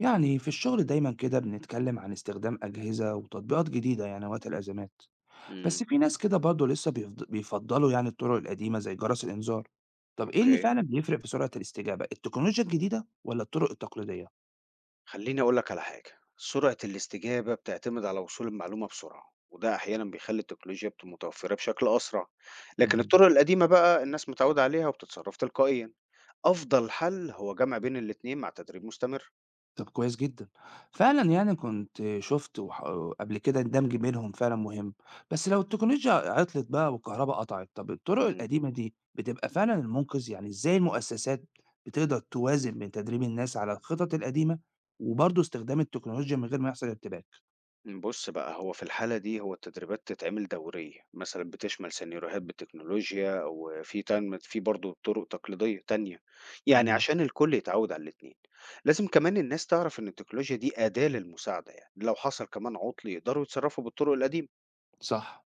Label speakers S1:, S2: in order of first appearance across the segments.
S1: يعني في الشغل دايما كده بنتكلم عن استخدام أجهزة وتطبيقات جديدة يعني وقت الأزمات.
S2: إمم،
S1: بس في ناس كده برضه لسه بيفضلوا يعني الطرق القديمة زي جرس الإنذار. طب إيه اللي
S2: أوكي.
S1: فعلا بيفرق في سرعة الاستجابة، التكنولوجيا الجديدة ولا الطرق التقليدية؟
S2: خلّيني أقول لك على حاجة، سرعة الاستجابة بتعتمد على وصول المعلومة بسرعة، وده أحيانًا بيخلّي التكنولوجيا متوفرة بشكل أسرع، لكن الطرق القديمة بقى الناس متعودة عليها وبتتصرف تلقائيًا. أفضل حل هو جمع بين الاتنين مع تدريب مستمر.
S1: طب كويس جدًا. فعلًا يعني كنت شُفت قبل كده الدمج بينهم فعلًا مهم، بس لو التكنولوجيا عطلت بقى والكهربا قطعت، طب الطرق
S2: إمم.
S1: القديمة دي بتبقى فعلًا المنقذ؟ يعني إزاي المؤسسات بتقدر توازن بين تدريب الناس على الخطط القديمة وبرضه استخدام التكنولوجيا من غير ما يحصل ارتباك؟
S2: بُص بقى، هو في الحالة دي هو التدريبات تتعمل دورية، مثلًا بتشمل سيناريوهات بالتكنولوجيا أو في برضه طرق تقليدية تانية، يعني
S1: إمم،
S2: عشان الكل يتعود على الاتنين. لازم كمان الناس تعرف إن التكنولوجيا دي أداة للمساعدة يعني، لو حصل كمان عطل يقدروا يتصرفوا بالطرق القديمة.
S1: صح.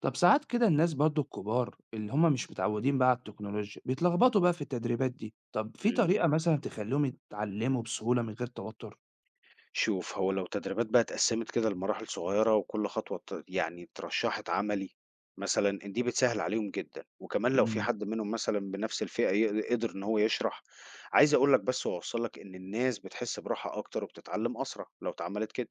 S1: طب ساعات كده الناس برضه الكبار اللي هم مش متعودين بقى على التكنولوجيا بيتلخبطوا بقى في التدريبات دي، طب في طريقة مثلًا تخلّيهم يتعلموا بسهولة من غير توتر؟
S2: شوف هو لو تدريبات بقى اتقسمت كده لمراحل صغيرة وكل يعني اترشحت عملي مثلا دي بتسهل عليهم جدا، وكمان لو في
S1: إمم.
S2: حد منهم مثلا بنفس الفئة قدر ان هو يشرح. عايز اقول لك بس واوصل لك ان الناس بتحس براحة اكتر وبتتعلم اسرع لو اتعملت كده.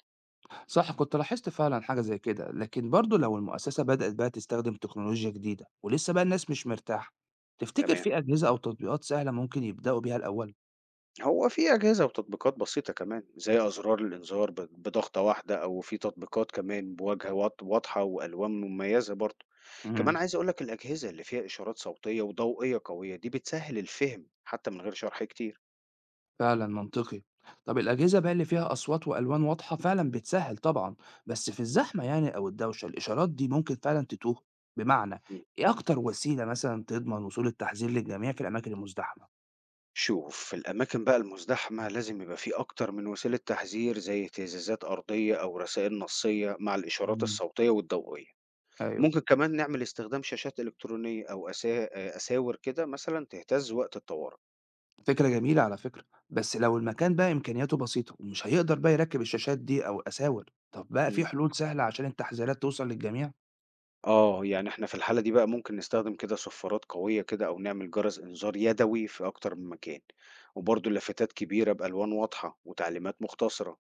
S1: صح، كنت لاحظت فعلا حاجة زي كده، لكن برضو لو المؤسسة بدأت بقى تستخدم تكنولوجيا جديدة ولسه بقى الناس مش مرتاحة، تفتكر
S2: تمام.
S1: في أجهزة أو تطبيقات سهلة ممكن يبدأوا بيها الأول؟
S2: هو في أجهزة وتطبيقات بسيطة كمان زي أزرار الإنذار بضغطة واحدة، أو في تطبيقات كمان بواجهة واضحة وألوان مميزة برضه. كمان
S1: امم
S2: عايز أقولك الأجهزة اللي فيها إشارات صوتية وضوئية قوية دي بتسهل الفهم حتى من غير شرح كتير.
S1: فعلا منطقي. طب الأجهزة بقى اللي فيها أصوات وألوان واضحة فعلا بتسهل طبعا، بس في الزحمة يعني أو الدوشة الإشارات دي ممكن فعلا تتوه، بمعنى
S2: مم.
S1: إيه أكتر وسيلة مثلا تضمن وصول التحذير للجميع في الأماكن المزدحمة؟
S2: شوف في الأماكن بقى المزدحمة لازم يبقى في أكتر من وسيلة تحذير زي اهتزازات أرضية أو رسائل نصية مع الإشارات
S1: امم،
S2: الصوتية والضوئية.
S1: أيوه،
S2: ممكن كمان نعمل استخدام شاشات إلكترونية أو أساور كده مثلا تهتز وقت الطوارئ.
S1: فكرة جميلة على فكرة، بس لو المكان بقى إمكانياته بسيطة ومش هيقدر بقى يركّب الشاشات دي أو أساور، طب بقى في حلول سهلة عشان التحذيرات توصل للجميع؟
S2: آه، يعني إحنا في الحالة دي بقى ممكن نستخدم كده صفارات قوية كده، أو نعمل جرس إنذار يدوي في أكتر من مكان، وبرضه لافتات كبيرة بألوان واضحة وتعليمات مختصرة،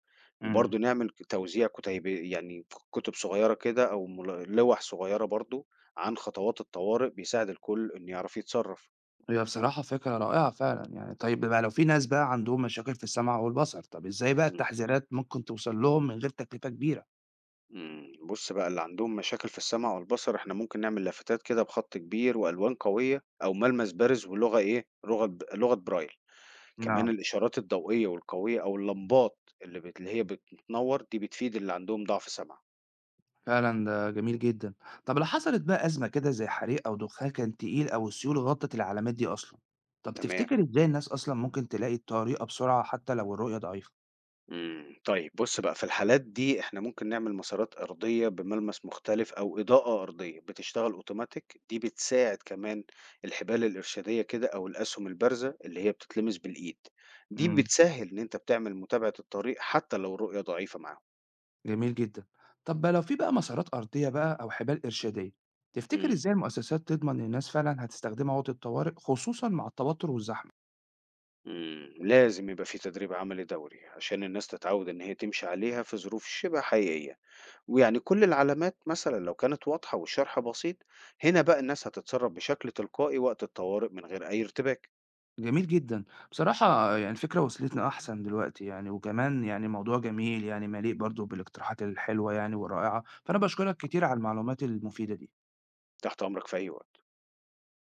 S1: امم
S2: وبرضه نعمل توزيع كتيب، يعني كتب صغيرة كده أو لوح صغيرة برضه عن خطوات الطوارئ، بيساعد الكل إنه يعرف يتصرف.
S1: هي بصراحة فكرة رائعة فعلًا يعني، طيب بقى لو في ناس بقى عندهم مشاكل في السمع أو البصر، طب إزاي بقى
S2: مم.
S1: التحذيرات ممكن توصل لهم من غير تكلفة كبيرة؟
S2: مم. بص بقى، اللي عندهم مشاكل في السمع والبصر، إحنا ممكن نعمل لافتات كده بخط كبير وألوان قوية أو ملمس بارز ولغة إيه؟ لغة برايل. كمان
S1: نعم.
S2: الإشارات الضوئية والقوية أو اللمبات اللي هي بتنور دي بتفيد اللي عندهم ضعف سمع.
S1: فعلًا ده جميل جدًا، طب لو حصلت بقى أزمة كده زي حريق أو دخان كان تقيل أو السيول غطت العلامات دي أصلًا، طب
S2: تمام.
S1: تفتكر إزاي الناس أصلًا ممكن تلاقي الطريقة بسرعة حتى لو الرؤية ضعيفة؟
S2: مم. طيب بص بقى، في الحالات دي احنا ممكن نعمل مسارات أرضية بملمس مختلف أو إضاءة أرضية بتشتغل أوتوماتيك، دي بتساعد كمان. الحبال الإرشادية كده أو الأسهم البارزة اللي هي بتتلمس بالإيد، دي
S1: امم
S2: بتسهل إن أنت بتعمل متابعة الطريق حتى لو الرؤية ضعيفة معاهم.
S1: جميل جدًا. طب بقى لو في بقى مسارات أرضية بقى أو حبال إرشادية، تفتكر
S2: مم.
S1: إزاي المؤسسات تضمن إن الناس فعلًا هتستخدمها وقت الطوارئ، خصوصًا مع التوتر والزحمة؟
S2: مم. لازم يبقى في تدريب عملي دوري عشان الناس تتعود إن هي تمشي عليها في ظروف شبه حقيقية، ويعني كل العلامات مثلًا لو كانت واضحة والشرح بسيط، هنا بقى الناس هتتصرّف بشكل تلقائي وقت الطوارئ من غير أي ارتباك.
S1: جميل جدًا. بصراحة يعني الفكرة وصلتني أحسن دلوقتي يعني، وكمان يعني موضوع جميل يعني مليء برضه بالاقتراحات الحلوة يعني والرائعة، فأنا باشكرك كتير على المعلومات المفيدة دي.
S2: تحت أمرك في أي وقت.